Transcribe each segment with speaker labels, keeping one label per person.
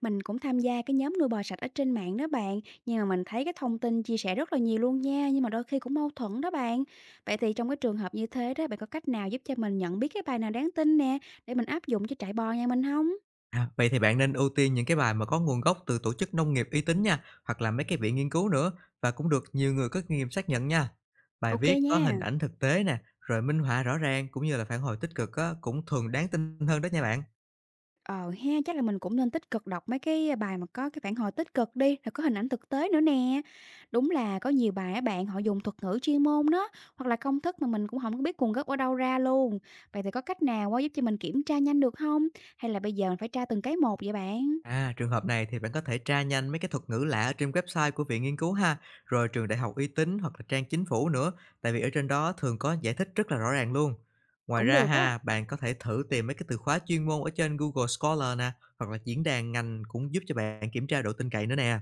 Speaker 1: Mình cũng tham gia cái nhóm nuôi bò sạch ở trên mạng đó bạn, nhưng mà mình thấy cái thông tin chia sẻ rất là nhiều luôn nha, nhưng mà đôi khi cũng mâu thuẫn đó bạn. Vậy thì trong cái trường hợp như thế đó, bạn có cách nào giúp cho mình nhận biết cái bài nào đáng tin nè, để mình áp dụng cho trại bò nhà mình không?
Speaker 2: À, vậy thì bạn nên ưu tiên những cái bài mà có nguồn gốc từ tổ chức nông nghiệp uy tín nha, hoặc là mấy cái viện nghiên cứu nữa và cũng được nhiều người có kinh nghiệm xác nhận nha. Bài
Speaker 1: OK
Speaker 2: viết có
Speaker 1: nha.
Speaker 2: hình ảnh thực tế nè, rồi minh họa rõ ràng cũng như là phản hồi tích cực á, cũng thường đáng tin hơn đó nha bạn.
Speaker 1: Ờ ha, chắc là mình cũng nên tích cực đọc mấy cái bài mà có cái phản hồi tích cực đi, rồi có hình ảnh thực tế nữa nè. Đúng là có nhiều bài á bạn họ dùng thuật ngữ chuyên môn đó, hoặc là công thức mà mình cũng không có biết nguồn gốc ở đâu ra luôn. Vậy thì có cách nào á giúp cho mình kiểm tra nhanh được không? Hay là bây giờ mình phải tra từng cái một vậy bạn?
Speaker 2: À, trường hợp này thì bạn có thể tra nhanh mấy cái thuật ngữ lạ ở trên website của viện nghiên cứu ha, rồi trường đại học uy tín hoặc là trang chính phủ nữa, tại vì ở trên đó thường có giải thích rất là rõ ràng luôn. Ngoài
Speaker 1: Cũng
Speaker 2: ra
Speaker 1: được á.
Speaker 2: ha, bạn có thể thử tìm mấy cái từ khóa chuyên môn ở trên Google Scholar nè, hoặc là diễn đàn ngành cũng giúp cho bạn kiểm tra độ tin cậy nữa nè.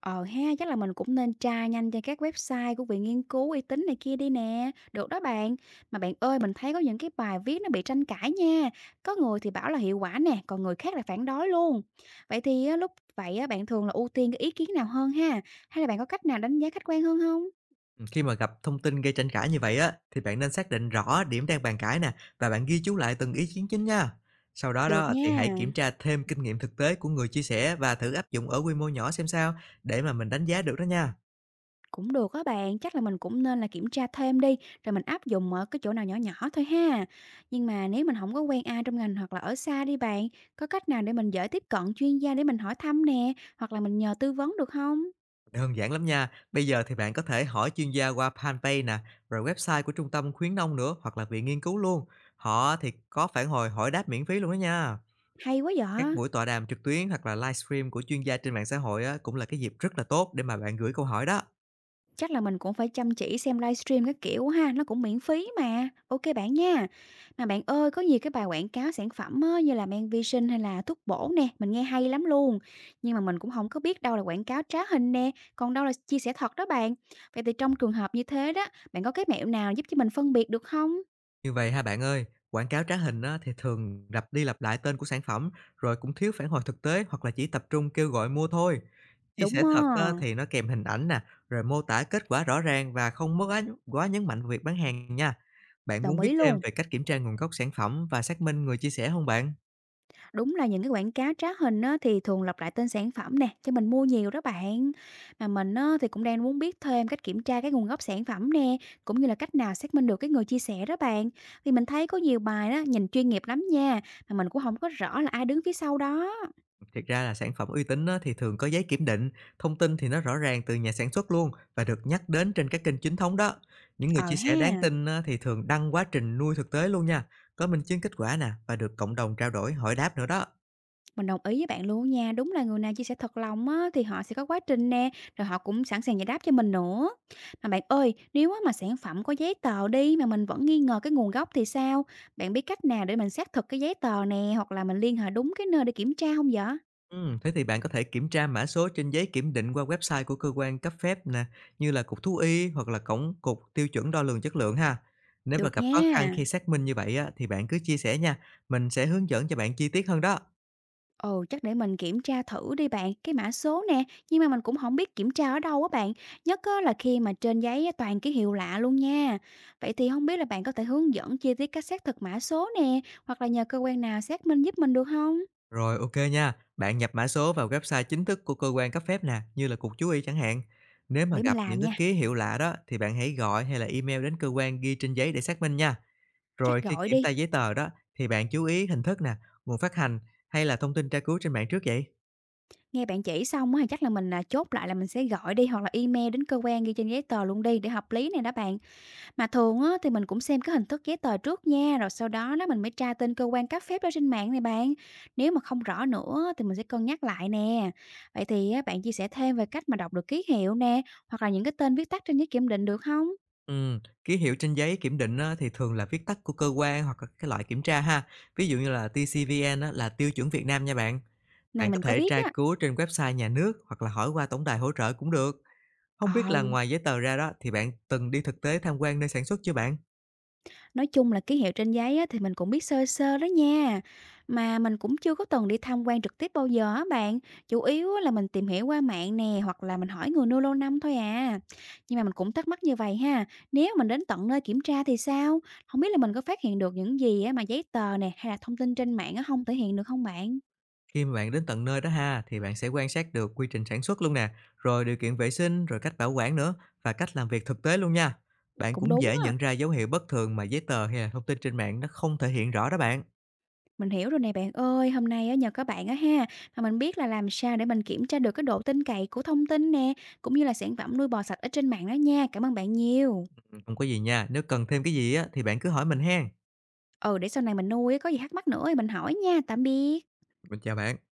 Speaker 1: Ờ ha, chắc là mình cũng nên tra nhanh trên các website của viện nghiên cứu uy tín này kia đi nè. Được đó bạn. Mà bạn ơi, mình thấy có những cái bài viết nó bị tranh cãi nha. Có người thì bảo là hiệu quả nè, còn người khác là phản đối luôn. Vậy thì á, lúc vậy á, bạn thường là ưu tiên cái ý kiến nào hơn ha? Hay là bạn có cách nào đánh giá khách quan hơn không?
Speaker 2: Khi mà gặp thông tin gây tranh cãi như vậy á, thì bạn nên xác định rõ điểm đang bàn cãi nè và bạn ghi chú lại từng ý kiến chính nha. Sau đó
Speaker 1: Được
Speaker 2: đó thì
Speaker 1: nha.
Speaker 2: hãy kiểm tra thêm kinh nghiệm thực tế của người chia sẻ và thử áp dụng ở quy mô nhỏ xem sao, để mà mình đánh giá được đó nha.
Speaker 1: Cũng được á bạn, chắc là mình cũng nên là kiểm tra thêm đi, rồi mình áp dụng ở cái chỗ nào nhỏ nhỏ thôi ha. Nhưng mà nếu mình không có quen ai trong ngành hoặc là ở xa đi bạn, có cách nào để mình dễ tiếp cận chuyên gia để mình hỏi thăm nè, hoặc là mình nhờ tư vấn được không?
Speaker 2: Đơn giản lắm nha. Bây giờ thì bạn có thể hỏi chuyên gia qua fanpage nè, rồi website của trung tâm khuyến nông nữa hoặc là viện nghiên cứu luôn. Họ thì có phản hồi hỏi đáp miễn phí luôn đó nha.
Speaker 1: Hay quá
Speaker 2: Các
Speaker 1: vậy.
Speaker 2: buổi tọa đàm trực tuyến hoặc là livestream của chuyên gia trên mạng xã hội á, cũng là cái dịp rất là tốt để mà bạn gửi câu hỏi đó.
Speaker 1: Chắc là mình cũng phải chăm chỉ xem livestream các kiểu ha, nó cũng miễn phí mà. OK bạn nha. Mà bạn ơi, có nhiều cái bài quảng cáo sản phẩm á, như là men vi sinh hay là thuốc bổ nè, mình nghe hay lắm luôn. Nhưng mà mình cũng không có biết đâu là quảng cáo trá hình nè, còn đâu là chia sẻ thật đó bạn. Vậy thì trong trường hợp như thế đó, bạn có cái mẹo nào giúp cho mình phân biệt được không?
Speaker 2: Như vậy ha bạn ơi, quảng cáo trá hình á, thì thường lặp đi lặp lại tên của sản phẩm, rồi cũng thiếu phản hồi thực tế hoặc là chỉ tập trung kêu gọi mua thôi. Chia
Speaker 1: Đúng
Speaker 2: sẻ
Speaker 1: á,
Speaker 2: thật á, thì nó kèm hình ảnh nè, rồi mô tả kết quả rõ ràng và không mất quá nhấn mạnh vào việc bán hàng nha. Bạn muốn
Speaker 1: đồng
Speaker 2: biết
Speaker 1: ý
Speaker 2: thêm
Speaker 1: luôn.
Speaker 2: về cách kiểm tra nguồn gốc sản phẩm và xác minh người chia sẻ không bạn?
Speaker 1: Đúng là những cái quảng cáo trá hình á, thì thường lặp lại tên sản phẩm nè, cho mình mua nhiều đó bạn. Mà mình á, thì cũng đang muốn biết thêm cách kiểm tra cái nguồn gốc sản phẩm nè, cũng như là cách nào xác minh được cái người chia sẻ đó bạn. Vì mình thấy có nhiều bài đó nhìn chuyên nghiệp lắm nha, mà mình cũng không có rõ là ai đứng phía sau đó.
Speaker 2: Thực ra là sản phẩm uy tín á, thì thường có giấy kiểm định, thông tin thì nó rõ ràng từ nhà sản xuất luôn và được nhắc đến trên các kênh chính thống đó. Những người
Speaker 1: Ờ
Speaker 2: chia sẻ đáng
Speaker 1: ha.
Speaker 2: tin á, thì thường đăng quá trình nuôi thực tế luôn nha, có minh chứng kết quả nè và được cộng đồng trao đổi hỏi đáp nữa đó.
Speaker 1: Mình đồng ý với bạn luôn nha, đúng là người nào chia sẻ thật lòng á, thì họ sẽ có quá trình nè, rồi họ cũng sẵn sàng giải đáp cho mình nữa. Mà bạn ơi, nếu á, mà sản phẩm có giấy tờ đi mà mình vẫn nghi ngờ cái nguồn gốc thì sao? Bạn biết cách nào để mình xác thực cái giấy tờ nè, hoặc là mình liên hệ đúng cái nơi để kiểm tra không vậy?
Speaker 2: Thế thì bạn có thể kiểm tra mã số trên giấy kiểm định qua website của cơ quan cấp phép nè, như là Cục Thú y hoặc là Cổng Cục Tiêu chuẩn Đo lường Chất lượng ha. Nếu mà
Speaker 1: Được
Speaker 2: gặp khó khăn
Speaker 1: nha.
Speaker 2: khi xác minh như vậy á, thì bạn cứ chia sẻ nha, mình sẽ hướng dẫn cho bạn chi tiết hơn đó.
Speaker 1: Ừ, chắc để mình kiểm tra thử đi bạn, cái mã số nè, nhưng mà mình cũng không biết kiểm tra ở đâu á bạn, nhất á là khi mà trên giấy á toàn ký hiệu lạ luôn nha. Vậy thì không biết là bạn có thể hướng dẫn chi tiết cách xác thực mã số nè, hoặc là nhờ cơ quan nào xác minh giúp mình được không?
Speaker 2: Rồi, OK nha. Bạn nhập mã số vào website chính thức của cơ quan cấp phép nè, như là Cục Thú y chẳng hạn. Nếu mà
Speaker 1: Để mình
Speaker 2: gặp
Speaker 1: làm
Speaker 2: những cái
Speaker 1: nha,
Speaker 2: ký hiệu lạ đó thì bạn hãy gọi hay là email đến cơ quan ghi trên giấy để xác minh nha.
Speaker 1: chắc
Speaker 2: Rồi khi
Speaker 1: gọi
Speaker 2: kiểm tra
Speaker 1: đi,
Speaker 2: giấy tờ đó thì bạn chú ý hình thức nè, nguồn phát hành hay là thông tin tra cứu trên mạng trước vậy.
Speaker 1: nghe bạn chỉ xong á thì chắc là mình, à, chốt lại là mình sẽ gọi đi hoặc là email đến cơ quan ghi trên giấy tờ luôn đi để hợp lý này đó bạn. Mà thường á, thì mình cũng xem cái hình thức giấy tờ trước nha, rồi sau đó đó mình mới tra tên cơ quan cấp phép ở trên mạng này bạn. Nếu mà không rõ nữa thì mình sẽ cân nhắc lại nè. Vậy thì á, bạn chia sẻ thêm về cách mà đọc được ký hiệu nè, hoặc là những cái tên viết tắt trên giấy kiểm định được không?
Speaker 2: Ký hiệu trên giấy kiểm định á, thì thường là viết tắt của cơ quan hoặc là cái loại kiểm tra ha. Ví dụ như là TCVN á, là tiêu chuẩn Việt Nam nha bạn.
Speaker 1: Này
Speaker 2: Bạn có
Speaker 1: mình có
Speaker 2: thể
Speaker 1: biết
Speaker 2: tra
Speaker 1: á.
Speaker 2: cứu trên website nhà nước hoặc là hỏi qua tổng đài hỗ trợ cũng được. Không biết
Speaker 1: Ờ.
Speaker 2: là ngoài giấy tờ ra đó, thì bạn từng đi thực tế tham quan nơi sản xuất chưa bạn?
Speaker 1: Nói chung là ký hiệu trên giấy á, thì mình cũng biết sơ sơ đó nha. Mà mình cũng chưa có từng đi tham quan trực tiếp bao giờ á bạn. Chủ yếu á là mình tìm hiểu qua mạng nè hoặc là mình hỏi người nuôi lâu năm thôi à. Nhưng mà mình cũng thắc mắc như vậy ha. Nếu mình đến tận nơi kiểm tra thì sao? Không biết là mình có phát hiện được những gì á, mà giấy tờ nè hay là thông tin trên mạng á, không thể hiện được không bạn?
Speaker 2: Khi mà bạn đến tận nơi đó ha, thì bạn sẽ quan sát được quy trình sản xuất luôn nè, rồi điều kiện vệ sinh, rồi cách bảo quản nữa và cách làm việc thực tế luôn nha. Bạn
Speaker 1: Cũng
Speaker 2: cũng
Speaker 1: đúng
Speaker 2: dễ
Speaker 1: á.
Speaker 2: nhận ra dấu hiệu bất thường mà giấy tờ hay là thông tin trên mạng nó không thể hiện rõ đó bạn.
Speaker 1: Mình hiểu rồi nè bạn ơi, hôm nay á nhờ các bạn á ha, mà mình biết là làm sao để mình kiểm tra được cái độ tin cậy của thông tin nè, cũng như là sản phẩm nuôi bò sạch ở trên mạng đó nha. Cảm ơn bạn nhiều.
Speaker 2: Không có gì nha, nếu cần thêm cái gì á, thì bạn cứ hỏi mình hen.
Speaker 1: Ừ, để sau này mình nuôi á, có gì thắc mắc nữa thì mình hỏi nha. Tạm biệt.
Speaker 2: Mình chào bạn.